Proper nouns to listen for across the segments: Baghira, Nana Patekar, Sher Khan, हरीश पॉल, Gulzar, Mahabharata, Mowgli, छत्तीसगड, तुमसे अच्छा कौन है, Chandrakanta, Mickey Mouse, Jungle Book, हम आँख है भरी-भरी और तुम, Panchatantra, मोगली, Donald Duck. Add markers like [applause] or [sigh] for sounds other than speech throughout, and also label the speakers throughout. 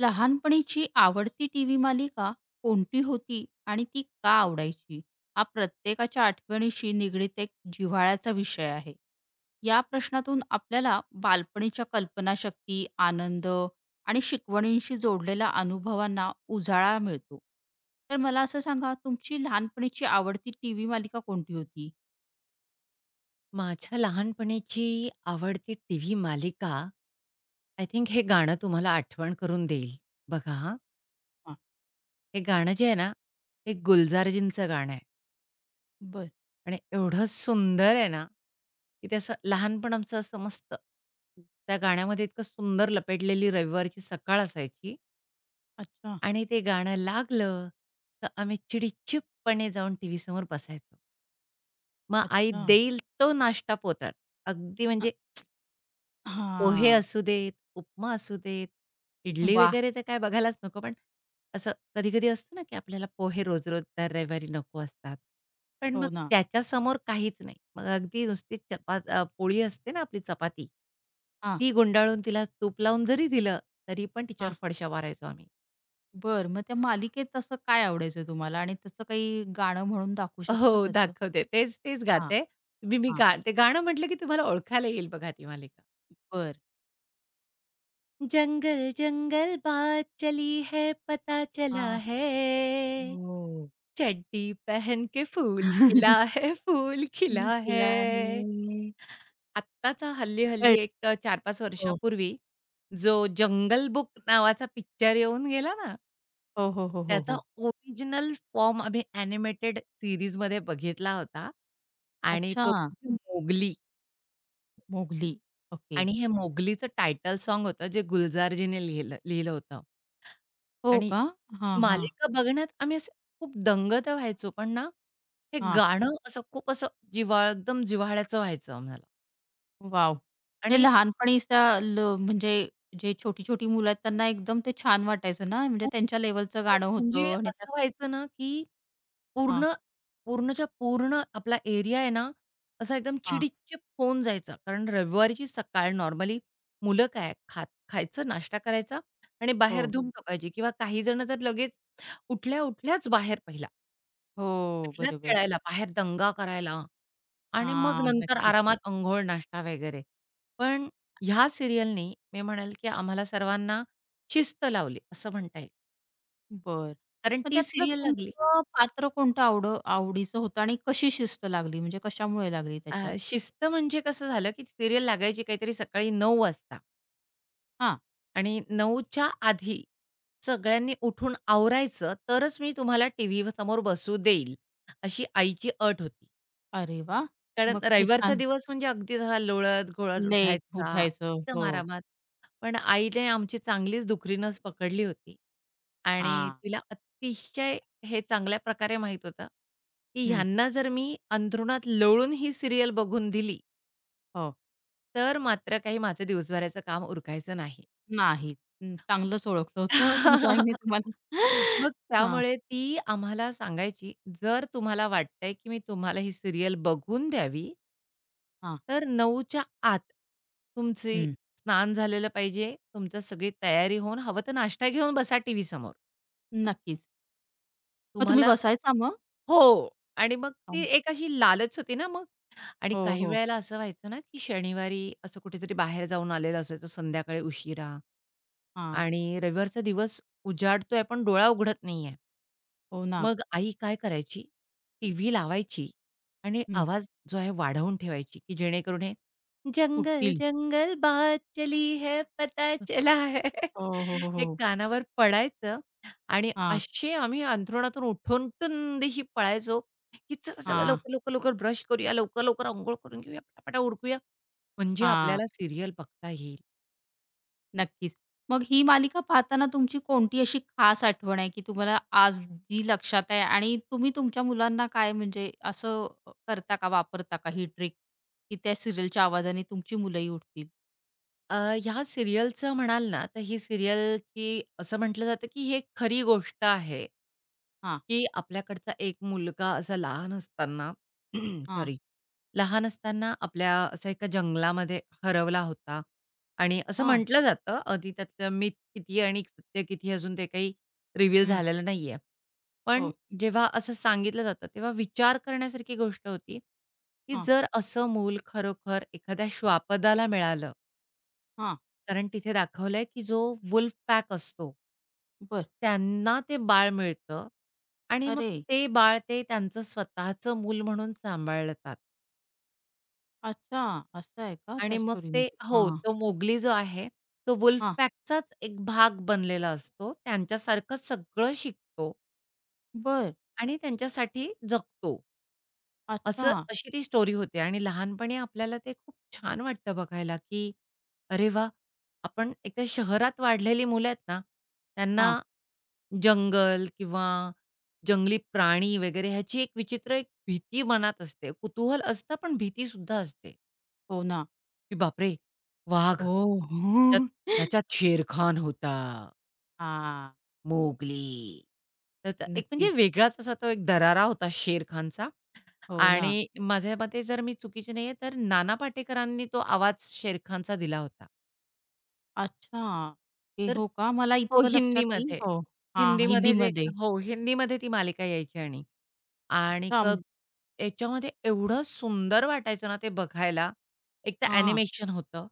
Speaker 1: लहानपणीची आवडती TV मालिका कोणती होती आणि ती का आवडायची? हा प्रत्येकाच्या आठवणीशी निगडीत एक जिव्हाळ्याचा विषय आहे. या प्रश्नातून आपल्याला बालपणीच्या कल्पनाशक्ती, आनंद आणि शिकवणींशी जोडलेल्या अनुभवांना उजाळा मिळतो. तर मला असं सांगा, तुमची लहानपणीची आवडती टीव्ही मालिका कोणती होती?
Speaker 2: माझ्या लहानपणीची आवडती टीव्ही मालिका, आय थिंक हे गाणं तुम्हाला आठवण करून देईल. बघा हां,
Speaker 1: हां.
Speaker 2: हे गाणं जे आहे ना, ते गुलजारजींचं गाणं आहे
Speaker 1: बरं.
Speaker 2: आणि एवढं सुंदर आहे ना, की ते असं लहानपण आमचं असं मस्त त्या गाण्यामध्ये इतकं सुंदर लपेटलेली रविवारची सकाळ असायची
Speaker 1: अच्छा,
Speaker 2: आणि ते गाणं लागलं, तर आम्ही चिडीचूपपणे जाऊन टीव्हीसमोर बसायचो. मग आई
Speaker 1: अच्छा.
Speaker 2: देईल तो नाश्ता पोटात. अगदी
Speaker 1: अ,
Speaker 2: म्हणजे पोहे
Speaker 1: हां.
Speaker 2: असू देत, उपमा असू देत, इडली
Speaker 1: वाह!
Speaker 2: वगैरे तर काय बघायलाच नको. पण असं कधी-कधी असतं ना, की आपल्याला पोहे रोज-रोज दर रविवारी नको असतात. पण मग
Speaker 1: हो ना.
Speaker 2: त्याच्यासमोर काहीच नाही. मग अगदी नुसती पोळी असते ना आपली चपाती,
Speaker 1: हां.
Speaker 2: ती गुंडाळून तिला तूप लावून जरी दिलं, तरी पण तिच्यावर फडशा मारायचो आम्ही.
Speaker 1: बरं. मग त्या मालिकेत तसं काय आवडायचं तुम्हाला? आणि त्याचं काही गाणं म्हणून दाखवू
Speaker 2: हो,
Speaker 1: शकता त्याचं?
Speaker 2: दाखवते. तेच
Speaker 1: हां,
Speaker 2: गाते. मी मी
Speaker 1: हां.
Speaker 2: गा ते गाणं म्हटलं, की तुम्हाला ओळखायला येईल बघा ती मालिका.
Speaker 1: बरं.
Speaker 2: जंगल, जंगल बात चली है, पता चला
Speaker 1: हां.
Speaker 2: है.
Speaker 1: हो.
Speaker 2: चड्डी पहन के फूल खिला
Speaker 1: [laughs]
Speaker 2: है, फूल खिला
Speaker 1: मी केला आहे.
Speaker 2: है. आत्ताचा हल्ली-हल्ली
Speaker 1: कळलं.
Speaker 2: एक 4
Speaker 1: हो.
Speaker 2: वर्षापूर्वी जो जंगल बुक नावाचा पिक्चर येऊन गेला ना,
Speaker 1: हो, हो, हो, हो,
Speaker 2: त्याचा
Speaker 1: हो.
Speaker 2: ओरिजिनल फॉर्म आम्ही एनिमेटेड सीरीजमध्ये बघितला होता आणि
Speaker 1: अच्छा,
Speaker 2: तो म्हणजे मोगली.
Speaker 1: मोगली. ओके.
Speaker 2: आणि हे मोगलीचं टायटल सॉन्ग होतं जे गुलजारजीने लिहिलं लिहिलं होतं.
Speaker 1: हो
Speaker 2: आणि
Speaker 1: का? हां,
Speaker 2: ती
Speaker 1: हां,
Speaker 2: मालिका बघण्यात आम्ही असे खूप दंग तर व्हायचो, पण ना, हे
Speaker 1: हां.
Speaker 2: गाणं असं खूप असं एकदम जिव्हाळ्याचं व्हायचं आम्हाला.
Speaker 1: वॉव! हे
Speaker 2: आणि
Speaker 1: लहानपणीच त्या ल म्हणजे जे छोटी-छोटी मुलं आहेत त्यांना एकदम ते छान वाटायचं ना, म्हणजे
Speaker 2: खूप
Speaker 1: त्यांच्या लेव्हलचं
Speaker 2: खूप
Speaker 1: गाणं
Speaker 2: म्हणजे
Speaker 1: होतं आणि त्यात
Speaker 2: असं व्हायचं ना, की
Speaker 1: हां,
Speaker 2: पूर्ण पूर्णच्या पूर्ण आपला एरिया आहे ना, असा एकदम
Speaker 1: हां.
Speaker 2: चिडीचीप होऊन जायचा. कारण रविवारीची सकाळ नॉर्मली मुलं काय खायचं, नाश्ता करायचा आणि बाहेर
Speaker 1: हो,
Speaker 2: धूम ठोकायची किंवा काही जण तर लगेच उठल्या-उठल्याच बाहेर पहिला.
Speaker 1: हो.
Speaker 2: पहिला
Speaker 1: बरोबर.
Speaker 2: खेळायला, बाहेर दंगा करायला आणि मग
Speaker 1: हां,
Speaker 2: नंतर
Speaker 1: नक्कीच.
Speaker 2: आरामात अंघोळ, नाश्ता वगैरे. पण ह्या सीरियलनी मी म्हणेल, की आम्हाला सर्वांना शिस्त लावली असं म्हणता येईल.
Speaker 1: बरं.
Speaker 2: कारण
Speaker 1: मग
Speaker 2: ती
Speaker 1: त्यातलं
Speaker 2: सीरियल लागली.
Speaker 1: तुमचं पात्र कोणतं आवडीचं होतं आणि कशी शिस्त लागली? म्हणजे कशामुळे लागली त्याच्यात?
Speaker 2: शिस्त म्हणजे कसं झालं, की सीरियल लागायची काहीतरी सकाळी 9:00 वाजता
Speaker 1: हां.
Speaker 2: आणि 9:00च्या आधी सगळ्यांनी उठून आवरायचं, तरच मी तुम्हाला टीव्ही समोर बसू देईल, अशी आईची अट होती.
Speaker 1: अरे वाह!
Speaker 2: कारण
Speaker 1: मग हे
Speaker 2: रविवारचा
Speaker 1: छान.
Speaker 2: दिवस म्हणजे अगदीच हा लोळत-घोळत
Speaker 1: लेट
Speaker 2: उठायचा,
Speaker 1: उठायचं.
Speaker 2: एकदम
Speaker 1: हो.
Speaker 2: आरामात. पण आईने आमची चांगलीच दुखरी पकडली होती आणि
Speaker 1: हां.
Speaker 2: तिला अतिशय हे चांगल्या प्रकारे माहीत होतं, की
Speaker 1: हं.
Speaker 2: ह्यांना जर मी अंथरुणात लोळून ही सीरियल बघून दिली
Speaker 1: हो.
Speaker 2: तर मात्र काही माझं दिवसभराचं काम उरकायचं नाही.
Speaker 1: नाही. हं. चांगलंच ओळखलं होतं तुमच्या आईने
Speaker 2: [laughs]
Speaker 1: तुम्हाला.
Speaker 2: मग
Speaker 1: [laughs] हां,
Speaker 2: त्यामुळे ती आम्हाला सांगायची, "जर तुम्हाला वाटतंय, की मी तुम्हाला ही सीरियल बघून द्यावी,
Speaker 1: हां.
Speaker 2: तर 9च्या आत तुमची
Speaker 1: हं.
Speaker 2: स्नान झालेलं पाहिजे, तुमचं सगळी तयारी होऊन, हवं तर नाश्ता घेऊन बसा टीव्ही समोर.
Speaker 1: नक्कीच. मग तुम्ही
Speaker 2: तुम्हाला."
Speaker 1: बसायचा मग?
Speaker 2: हो. आणि मग ती
Speaker 1: हां.
Speaker 2: एक अशी लालच होती ना मग. आणि
Speaker 1: हो,
Speaker 2: काही
Speaker 1: हो.
Speaker 2: वेळेला असं व्हायचं ना, की शनिवारी असं कुठेतरी बाहेर जाऊन आलेलं असायचं संध्याकाळी उशिरा.
Speaker 1: हां.
Speaker 2: आणि रविवारचा दिवस उजाडतोय पण डोळा उघडत नाहीये.
Speaker 1: हो ना.
Speaker 2: मग आई काय करायची? टीव्ही लावायची आणि
Speaker 1: हं.
Speaker 2: आवाज जो आहे वाढवून ठेवायची, की जेणेकरून हे जंगल,
Speaker 1: उठतील.
Speaker 2: जंगल बात चली है पता चला है. [laughs]
Speaker 1: हो, हो, हो,
Speaker 2: हे
Speaker 1: हो.
Speaker 2: कानावर पडायचं आणि
Speaker 1: हां,
Speaker 2: असे आम्ही अंथरुणातून उठून टुंदिशी पळायचो, की चला, चला
Speaker 1: हां,
Speaker 2: लवकर, लवकर, लवकर ब्रश करूया, लवकर, लवकर अंघोळ करून घेऊया, पटापटा उरकूया. म्हणजे
Speaker 1: हां.
Speaker 2: आपल्याला सीरियल बघता येईल.
Speaker 1: नक्कीच. मग ही मालिका पाहताना तुमची कोणती अशी खास आठवण आहे, की तुम्हाला आज जी लक्षात आहे, आणि तुम्ही तुमच्या मुलांना काय म्हणजे असं करता का, वापरता का ही ट्रिक, की त्या सीरियलच्या आवाजाने तुमची मुलंही उठतील?
Speaker 2: अ, ह्या सीरियलचं म्हणाल ना, तर ही सीरियलची असं म्हटलं जातं, की ही एक खरी गोष्ट आहे,
Speaker 1: हां,
Speaker 2: की आपल्याकडचा एक मुलगा असा लहान असताना [clears throat]
Speaker 1: हां,
Speaker 2: सॉरी, लहान असताना आपल्या असा एका जंगलामध्ये हरवला होता आणि असं
Speaker 1: हां,
Speaker 2: म्हटलं जातं, अगदी त्यातलं मिथ किती आणि सत्य किती अजून ते काही रिव्हील
Speaker 1: हं,
Speaker 2: झालेलं नाहीये. पण
Speaker 1: हो,
Speaker 2: जेव्हा असं सांगितलं जातं, तेव्हा विचार करण्यासारखी गोष्ट होती, की
Speaker 1: हां,
Speaker 2: जर असं मूल खरोखर एखाद्या श्वापदाला मिळालं,
Speaker 1: हां,
Speaker 2: कारण तिथे दाखवलंय, की जो वुल्फ पॅक असतो,
Speaker 1: बरं.
Speaker 2: त्यांना ते बाळ मिळतं आणि मग
Speaker 1: अरे,
Speaker 2: ते बाळ ते त्यांचं स्वतःचं मूल म्हणून सांभाळतात.
Speaker 1: अच्छा, असं आहे का त्या
Speaker 2: आणि मग ते,
Speaker 1: स्टोरीमध्ये?
Speaker 2: हो,
Speaker 1: हां,
Speaker 2: तो मोगली जो आहे, तो वुल्फ
Speaker 1: हां,
Speaker 2: पॅकचाच एक भाग बनलेला असतो. त्यांच्यासारखं सगळं शिकतो
Speaker 1: बरं.
Speaker 2: आणि त्यांच्यासाठी जगतो. असं
Speaker 1: अच्छा.
Speaker 2: अशी ती स्टोरी होते आणि लहानपणी आपल्याला ते खूप छान वाटतं बघायला, की अरे वाह! आपण एकतर शहरात वाढलेली मुलं आहेत ना, त्यांना
Speaker 1: हां,
Speaker 2: जंगल किंवा जंगली प्राणी वगैरे ह्याची एक विचित्र एक भीती मनात असते. कुतूहल असतं पण भीती सुद्धा असते,
Speaker 1: हो ना.
Speaker 2: की बापरे! वाघ,
Speaker 1: हो.
Speaker 2: त्याच्यात
Speaker 1: हो.
Speaker 2: त्याच्यात शेरखान होता,
Speaker 1: हां,
Speaker 2: मोगली. त्याचा एक म्हणजे
Speaker 1: नक्कीच.
Speaker 2: वेगळाच असा तो एक दरारा होता शेरखानचा.
Speaker 1: हो ना.
Speaker 2: आणि माझ्या मते जर मी चुकीची नाहीये तर नाना पाटेकरांनी तो आवाज शेरखानचा दिला होता.
Speaker 1: अच्छा. हे
Speaker 2: तर
Speaker 1: हो का? मला
Speaker 2: हो,
Speaker 1: इतकं लक्षात नाही.
Speaker 2: हिंदीमध्ये.
Speaker 1: हो. हां,
Speaker 2: हिंदीमध्ये जे
Speaker 1: हिंदीमध्ये.
Speaker 2: हो, हिंदीमध्ये ती मालिका यायची. आणि आणि
Speaker 1: अच्छा.
Speaker 2: क याच्यामध्ये एवढं सुंदर वाटायचं ना ते बघायला. एक तर
Speaker 1: हां.
Speaker 2: ॲनिमेशन होतं.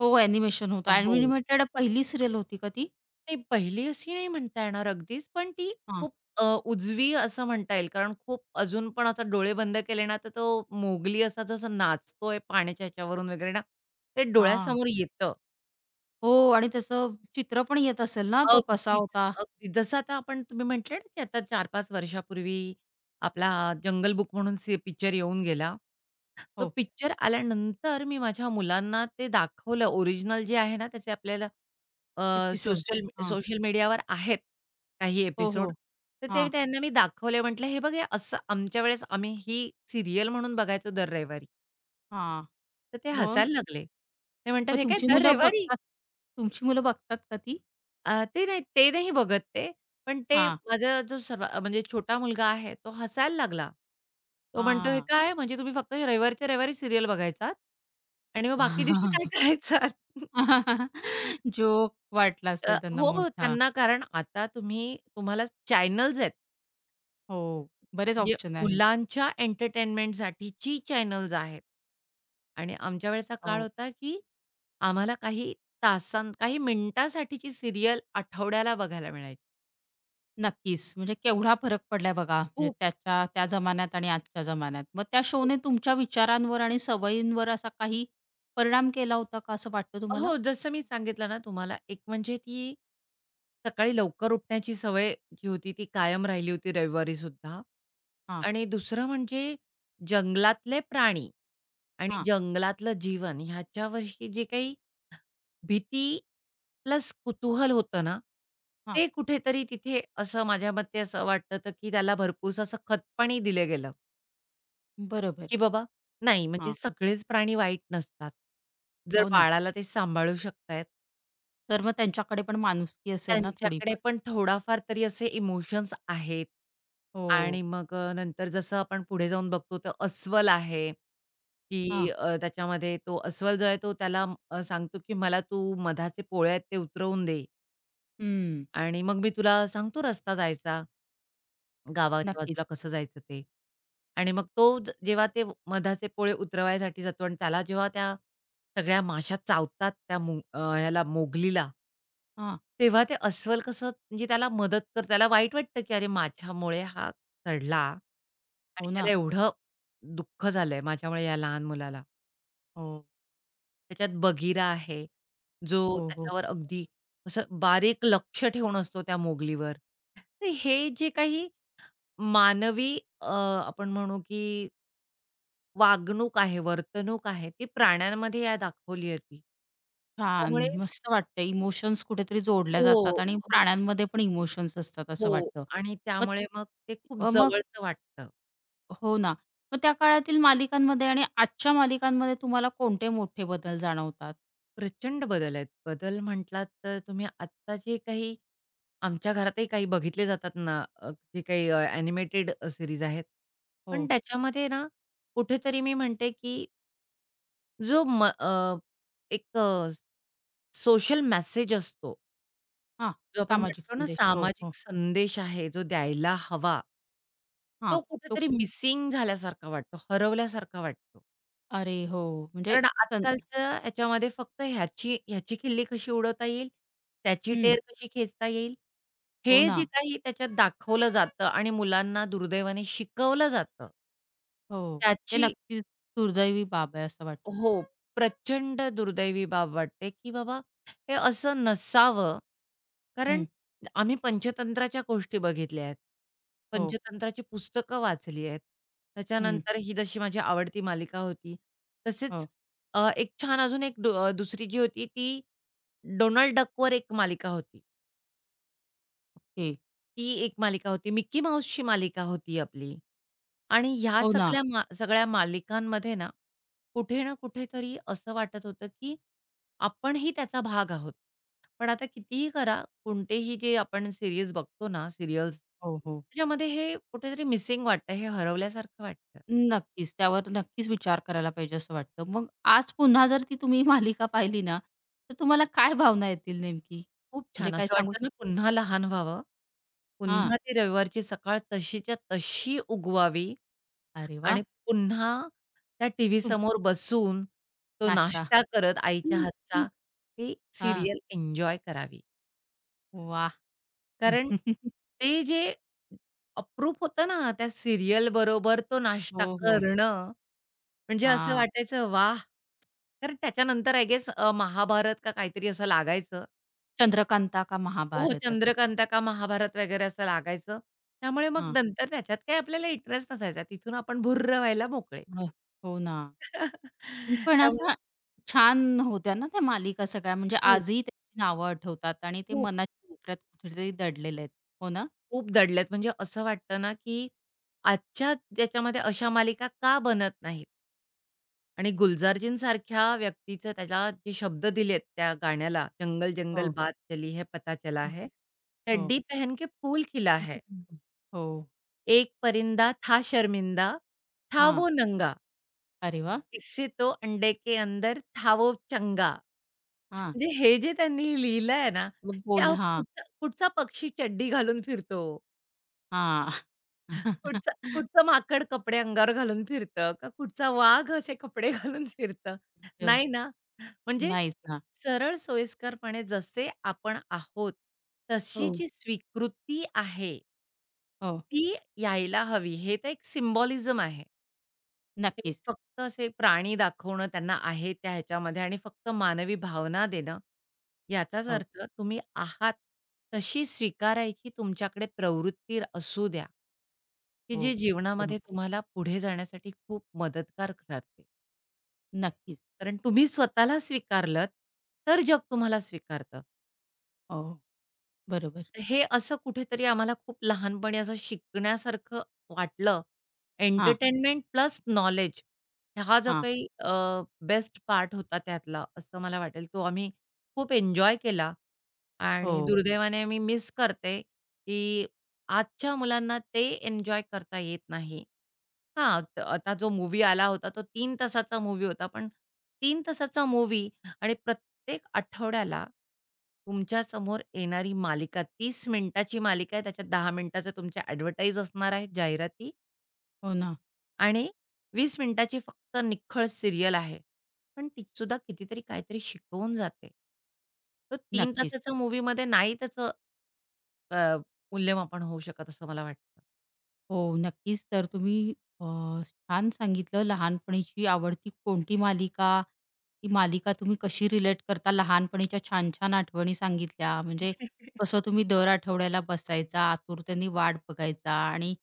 Speaker 1: हो, ॲनिमेशन होतं.
Speaker 2: हो.
Speaker 1: ॲनिमेटेड पहिली सीरियल होती का ती?
Speaker 2: नाही पहिली अशी नाही म्हणता येणार अगदीच, पण ती
Speaker 1: हां,
Speaker 2: खूप उजवी असं म्हणता येईल. कारण खूप अजून पण आता डोळे बंद केले ना, तर तो मोगली असा जसा नाचतोय पाण्याच्या ह्याच्यावरून वगैरे ना, ते
Speaker 1: हां.
Speaker 2: डोळ्यासमोर येतं.
Speaker 1: हो, आणि त्याचं चित्र पण येत असेल ना, तो कसा
Speaker 2: अगदीच,
Speaker 1: होता?
Speaker 2: अगदीच. जसं आता आपण तुम्ही म्हटले ना, की आता 4-5 वर्षापूर्वी आपला जंगल बुक म्हणून सी पिक्चर येऊन गेला. तो
Speaker 1: हो,
Speaker 2: पिक्चर आल्यानंतर मी माझ्या मुलांना ते दाखवलं ओरिजिनल जे आहे ना, त्याचे आपल्याला
Speaker 1: एपिसोड.
Speaker 2: सोशल
Speaker 1: हां.
Speaker 2: सोशल मीडियावर आहेत काही
Speaker 1: हो,
Speaker 2: एपिसोड.
Speaker 1: हो.
Speaker 2: तर ते
Speaker 1: हां,
Speaker 2: त्यांना मी दाखवले. म्हटलं, "हे बघ, हे असं आमच्या वेळेस आम्ही ही सीरियल म्हणून बघायचो दर रविवारी."
Speaker 1: हां.
Speaker 2: तर ते
Speaker 1: मग?
Speaker 2: हसायला लागले. ते म्हणतात,
Speaker 1: मग
Speaker 2: "हे काय दर
Speaker 1: तुमची मुलं
Speaker 2: [laughs] रविवारी?"
Speaker 1: बघतात, तुमची मुलं बघतात का ती?
Speaker 2: ते नाही, ते नाही बघत ते. पण ते,
Speaker 1: हां,
Speaker 2: माझा जो म्हणजे छोटा मुलगा आहे, तो हसायला लागला. तो म्हणतो, "हे
Speaker 1: हां.
Speaker 2: काय? म्हणजे तुम्ही फक्त रविवारच्या रविवारी सीरियल बघायचात आणि मग बाकी दिवशी काय
Speaker 1: [laughs]
Speaker 2: करायचात?"
Speaker 1: जोक वाटला असेल त्यांना
Speaker 2: हो, हो,
Speaker 1: मोठा.
Speaker 2: त्यांना, कारण आता तुम्ही तुम्हाला चॅनल्स आहेत.
Speaker 1: हो, बरेच
Speaker 2: म्हणजे
Speaker 1: ऑप्शन आहेत.
Speaker 2: मुलांच्या एंटरटेनमेंटसाठीची चॅनल्स आहेत. आणि आमच्या वेळेचा काळ
Speaker 1: हो.
Speaker 2: होता, की आम्हाला काही काही मिनिटासाठीची सीरियल आठवड्याला बघायला मिळायची.
Speaker 1: नक्कीच. म्हणजे केवढा फरक पडलाय बघा. म्हणजे
Speaker 2: खूप.
Speaker 1: त्याच्या त्या जमान्यात आणि आजच्या जमान्यात. मग त्या
Speaker 2: हो,
Speaker 1: शोने
Speaker 2: हो.
Speaker 1: तुमच्या विचारांवर आणि सवयींवर असा काही परिणाम केला होता का, असं वाटतं तुम्हाला?
Speaker 2: हो, जसं मी सांगितलं ना तुम्हाला, एक म्हणजे ती सकाळी लवकर उठण्याची सवय जी होती ती कायम राहिली होती रविवारी सुद्धा,
Speaker 1: हां,
Speaker 2: आणि दुसरं म्हणजे जंगलातले प्राणी आणि
Speaker 1: हां,
Speaker 2: जंगलातलं जीवन ह्याच्यावरची जी काही भीती प्लस कुतूहल होतं ना,
Speaker 1: हां.
Speaker 2: ते कुठेतरी तिथे असं माझ्या मते असं वाटतं, होतं की त्याला भरपूरसं असं खतपाणी दिलं गेलं.
Speaker 1: बरोबर.
Speaker 2: की बाबा, नाही म्हणजे
Speaker 1: हां.
Speaker 2: सगळेच प्राणी वाईट नसतात. जर
Speaker 1: हो ना.
Speaker 2: बाळाला ते सांभाळू शकतायत,
Speaker 1: तर मग त्यांच्याकडे पण माणुसकी असेल ना
Speaker 2: त्यांच्याकडे
Speaker 1: थोडीफार.
Speaker 2: पण थोडाफार तरी असे इमोशन्स आहेत. आणि
Speaker 1: हो.
Speaker 2: मग नंतर जसं आपण पुढे जाऊन बघतो तर अस्वल आहे, की
Speaker 1: हां.
Speaker 2: त्याच्यामध्ये तो अस्वल जो आहे तो त्याला सांगतो, की "मला तू मधाचे पोळे आहेत ते उतरवून दे
Speaker 1: हं.
Speaker 2: आणि मग मी तुला सांगतो रस्ता जायचा." गावाच्या बाजूला
Speaker 1: नक्कीच.
Speaker 2: कसं जायचं ते? आणि मग तो जेव्हा ते मधाचे पोळे उतरवायसाठी जातो आणि त्याला जेव्हा त्या सगळ्या माश्या चावतात त्या ह्याला मोगलीला,
Speaker 1: हां.
Speaker 2: तेव्हा ते अस्वल कसं म्हणजे त्याला मदत कर त्याला वाईट वाटतं, की अरे माझ्यामुळे हा चढला आणि
Speaker 1: हो
Speaker 2: ह्याला
Speaker 1: ना.
Speaker 2: एवढं दुःख झालंय माझ्यामुळे या लहान मुलाला.
Speaker 1: हो.
Speaker 2: त्याच्यात बघीरा आहे, जो
Speaker 1: हो, हो.
Speaker 2: त्याच्यावर अगदी असं बारीक लक्ष ठेवून असतो त्या मोगलीवर. तर हे जे काही मानवी अ, आपण म्हणू की वागणूक आहे, वर्तणूक आहे, ती प्राण्यांमध्ये या दाखवली होती.
Speaker 1: छान.
Speaker 2: त्यामुळे
Speaker 1: मस्त वाटतं. इमोशन्स कुठेतरी जोडल्या
Speaker 2: हो,
Speaker 1: जातात आणि
Speaker 2: हो,
Speaker 1: प्राण्यांमध्ये पण इमोशन्स असतात असं
Speaker 2: हो.
Speaker 1: वाटतं.
Speaker 2: आणि
Speaker 1: मग
Speaker 2: त्यामुळे मग ते खूप
Speaker 1: अ, मग
Speaker 2: जवळचं वाटतं.
Speaker 1: हो ना. मग त्या काळातील मालिकांमध्ये आणि आजच्या मालिकांमध्ये तुम्हाला कोणते मोठे बदल जाणवतात?
Speaker 2: प्रचंड बदल आहेत. बदल म्हटलात तर तुम्ही आत्ता जे काही आमच्या घरातही काही बघितले जातात ना, जे काही ॲनिमेटेड सीरीज आहेत.
Speaker 1: हो.
Speaker 2: पण त्याच्यामध्ये ना, कुठेतरी मी म्हणते की जो एक सोशल मेसेज असतो.
Speaker 1: हां,
Speaker 2: जो आपण
Speaker 1: सामाजिक
Speaker 2: म्हणतो ना,
Speaker 1: संदेश. हो, हो.
Speaker 2: सामाजिक संदेश आहे जो द्यायला हवा,
Speaker 1: हां.
Speaker 2: तो
Speaker 1: तो
Speaker 2: कुठेतरी
Speaker 1: कु-
Speaker 2: मिसिंग झाल्यासारखा वाटतो, हरवल्यासारखा वाटतो.
Speaker 1: अरे हो, म्हणजे
Speaker 2: कारण
Speaker 1: सं
Speaker 2: आजकालच्या ह्याच्यामध्ये फक्त ह्याची ह्याची खिल्ली कशी उडवता येईल, त्याची टेर
Speaker 1: हं.
Speaker 2: कशी खेचता येईल,
Speaker 1: हो
Speaker 2: हे
Speaker 1: ना.
Speaker 2: जे काही त्याच्यात दाखवलं जातं आणि मुलांना दुर्दैवाने शिकवलं जातं.
Speaker 1: हो. ते
Speaker 2: त्याची,
Speaker 1: नक्कीच दुर्दैवी बाब आहे असं वाटतं.
Speaker 2: हो, प्रचंड दुर्दैवी बाब वाटते, की बाबा, हे असं नसावं. कारण
Speaker 1: हं.
Speaker 2: आम्ही पंचतंत्राच्या गोष्टी बघितल्या आहेत.
Speaker 1: हो.
Speaker 2: पंचतंत्राची पुस्तकं वाचली आहेत.
Speaker 1: हं.
Speaker 2: त्याच्यानंतर ही जशी माझी आवडती मालिका होती. तसेच
Speaker 1: हो.
Speaker 2: एक छान अजून एक दुसरी जी होती ती डोनाल्ड डकवर एक मालिका होती.
Speaker 1: ओके.
Speaker 2: ती एक मालिका होती. मिक्की माऊसची मालिका होती आपली. आणि ह्या
Speaker 1: हो ना.
Speaker 2: सगळ्या सगळ्या मालिकांमध्ये ना, कुठे ना कुठेतरी असं वाटत होतं, की आपणही त्याचा भाग आहोत. पण आता कितीही करा, कोणतेही जे आपण सीरीज बघतो ना, सीरियल्स,
Speaker 1: हो, हो.
Speaker 2: त्याच्यामध्ये हे कुठेतरी मिसिंग वाटतं. हे हरवल्यासारखं वाटतं.
Speaker 1: नक्कीच. त्यावर नक्कीच विचार करायला पाहिजे असं वाटतं. मग आज पुन्हा जर ती तुम्ही मालिका पाहिली ना, तर तुम्हाला काय भावना येतील नेमकी?
Speaker 2: खूप
Speaker 1: म्हणजे
Speaker 2: छान
Speaker 1: काय
Speaker 2: असं
Speaker 1: सांगू
Speaker 2: वाटतं
Speaker 1: शक
Speaker 2: ना, पुन्हा लहान व्हावं.
Speaker 1: हां.
Speaker 2: पुन्हा ती रविवारची सकाळ तशीच्या तशी उगवावी.
Speaker 1: अरे वाह!
Speaker 2: आणि पुन्हा त्या टी व्ही
Speaker 1: तुमच
Speaker 2: समोर बसून तो
Speaker 1: नाश्ता.
Speaker 2: नाश्ता करत आईच्या
Speaker 1: हं, हं.
Speaker 2: हातचा, ती
Speaker 1: हां.
Speaker 2: सीरियल एन्जॉय करावी.
Speaker 1: वाह!
Speaker 2: कारण
Speaker 1: [laughs]
Speaker 2: ते जे अप्रूप होतं ना, त्या सीरियल बरोबर तो नाश्ता
Speaker 1: हो, हो.
Speaker 2: करणं, म्हणजे असं
Speaker 1: हां.
Speaker 2: वाटायचं, वाह! कारण त्याच्यानंतर आय गेस महाभारत का काहीतरी असं लागायचं.
Speaker 1: चंद्रकांता का
Speaker 2: हो,
Speaker 1: महाभारत असं.
Speaker 2: चंद्रकांता का महाभारत वगैरे असं लागायचं. त्यामुळे मग
Speaker 1: हां.
Speaker 2: नंतर त्याच्यात काही आपल्याला इंटरेस्ट नसायचा. तिथून आपण भुर्र व्हायला मोकळे.
Speaker 1: हं. हो ना.
Speaker 2: [laughs]
Speaker 1: पण
Speaker 2: त्यामुळे
Speaker 1: असा छान होत्या ना त्या मालिका सगळ्या, म्हणजे आजही त्याची नावं आठवतात आणि ते
Speaker 2: खूप,
Speaker 1: मनाच्या
Speaker 2: खूप,
Speaker 1: कोपऱ्यात कुठेतरी दडलेले आहेत. हो ना?
Speaker 2: खूप दडल्यात. म्हणजे असं वाटतं ना, की आजच्या त्याच्यामध्ये अशा मालिका का बनत नाहीत? आणि गुलजारजींसारख्या व्यक्तीचं त्याला जे शब्द दिलेत त्या गाण्याला, "जंगल जंगल
Speaker 1: हो,
Speaker 2: बात चली है पता चला
Speaker 1: हो,
Speaker 2: है,
Speaker 1: हो.
Speaker 2: चड्डी पहन के फूल खिला
Speaker 1: फुलकी
Speaker 2: है,
Speaker 1: संपली. हो.
Speaker 2: एक परिंदा था शर्मिंदा, था
Speaker 1: हां.
Speaker 2: वो नंगा,
Speaker 1: अरे वाह!
Speaker 2: इससे तो अंडे के अंदर था वो चंगा."
Speaker 1: हां.
Speaker 2: म्हणजे हे जे त्यांनी लिहिलंय ना,
Speaker 1: मग
Speaker 2: की
Speaker 1: बोल
Speaker 2: अहो
Speaker 1: हां,
Speaker 2: कुठचा कुठचा पक्षी चड्डी घालून फिरतो?
Speaker 1: हां.
Speaker 2: कुठचं
Speaker 1: [laughs]
Speaker 2: कुठचं माकड कपडे अंगावर घालून फिरतं का कुठचा वाघ असे कपडे [laughs] घालून फिरतं. नाही ना. म्हणजे
Speaker 1: नाहीच ना.
Speaker 2: सरळ सोयीस्करपणे जसे आपण आहोत, तशी
Speaker 1: हो.
Speaker 2: जी स्वीकृती आहे,
Speaker 1: हो.
Speaker 2: ती यायला हवी. हे तर एक सिम्बॉलिझम आहे. ते
Speaker 1: नक्कीच.
Speaker 2: फक्त असे प्राणी दाखवणं त्यांना आहे त्या ह्याच्यामध्ये आणि फक्त मानवी भावना देणं, याचाच
Speaker 1: हो,
Speaker 2: अर्थ तुम्ही आहात तशी स्वीकारायची तुमच्याकडे प्रवृत्ती असू द्या, की जी
Speaker 1: हो.
Speaker 2: जीवनामध्ये
Speaker 1: बरोबर.
Speaker 2: तुम्हाला पुढे जाण्यासाठी खूप मदतगार ठरते.
Speaker 1: नक्कीच.
Speaker 2: कारण तुम्ही स्वतःला स्वीकारलत, तर जग तुम्हाला स्वीकारतं.
Speaker 1: हो, बरोबर.
Speaker 2: हे असं कुठेतरी आम्हाला खूप लहानपणी असं शिकण्यासारखं वाटलं.
Speaker 1: हां,
Speaker 2: एंटरटेनमेंट प्लस नॉलेज हा जो
Speaker 1: हां.
Speaker 2: काही बेस्ट पार्ट होता त्यातला असं मला वाटेल. तो आम्ही खूप एन्जॉय केला. आणि
Speaker 1: हो,
Speaker 2: दुर्दैवाने मी मिस करते, की आजच्या मुलांना ते एन्जॉय करता येत नाही. हां, आता जो मूवी आला होता तो तीन तासाचा मूवी होता. पण 3 तासाचा मूवी आणि प्रत्येक आठवड्याला तुमच्यासमोर येणारी मालिका 30 मिनिटाची मालिका आहे. त्याच्यात 10 मिनिटाच्या तुमच्या ॲडव्हर्टाइज असणार आहेत, जाहिराती
Speaker 1: हो ना.
Speaker 2: आणि 20 मिनिटाची फक्त निख्खळ सीरियल आहे. पण ती सुद्धा कितीतरी काहीतरी शिकवून जाते. तर 3
Speaker 1: नक्कीच.
Speaker 2: तासाच्या मूव्हीमध्ये नाही त्याचं अ, मूल्यमापन होऊ शकत असं मला वाटतं.
Speaker 1: हो, नक्कीच. अ, छान सांगितलं, लहानपणीची आवडती कोणती मालिका, ती मालिका तुम्ही कशी रिलेट करता, लहानपणीच्या छान-छान आठवणी सांगितल्या. म्हणजे कसं तुम्ही दर आठवड्याला बसायचा, आतुरतेने वाट बघायचा आणि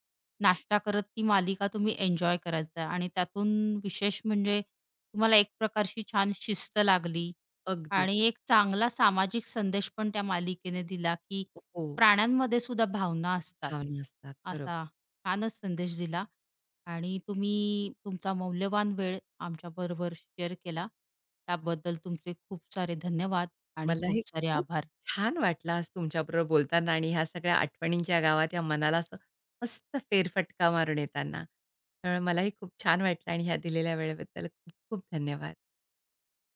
Speaker 1: नाश्ता करत ती मालिका तुम्ही एन्जॉय करायचा, आणि त्यातून विशेष म्हणजे तुम्हाला एक प्रकारची छान शिस्त लागली
Speaker 2: अगदीच.
Speaker 1: आणि एक चांगला सामाजिक संदेश पण त्या मालिकेने दिला, की
Speaker 2: हो,
Speaker 1: प्राण्यांमध्ये सुद्धा भावना असतात,
Speaker 2: भावना असतात. बरोबर.
Speaker 1: असा. छानच संदेश दिला आणि तुम्ही तुमचा मौल्यवान वेळ आमच्याबरोबर शेअर केला. त्याबद्दल तुमचे खूप सारे धन्यवाद आणि खूप
Speaker 2: मलाही
Speaker 1: सारे
Speaker 2: खूप
Speaker 1: आभार.
Speaker 2: छान वाटलं आज तुमच्याबरोबर बोलताना आणि ह्या सगळ्या आठवणींच्या गावात या मनाला असं मस्त फेरफटका मारून येताना. तर मलाही खूप छान वाटलं आणि ह्या दिलेल्या वेळेबद्दल खूप खूप धन्यवाद.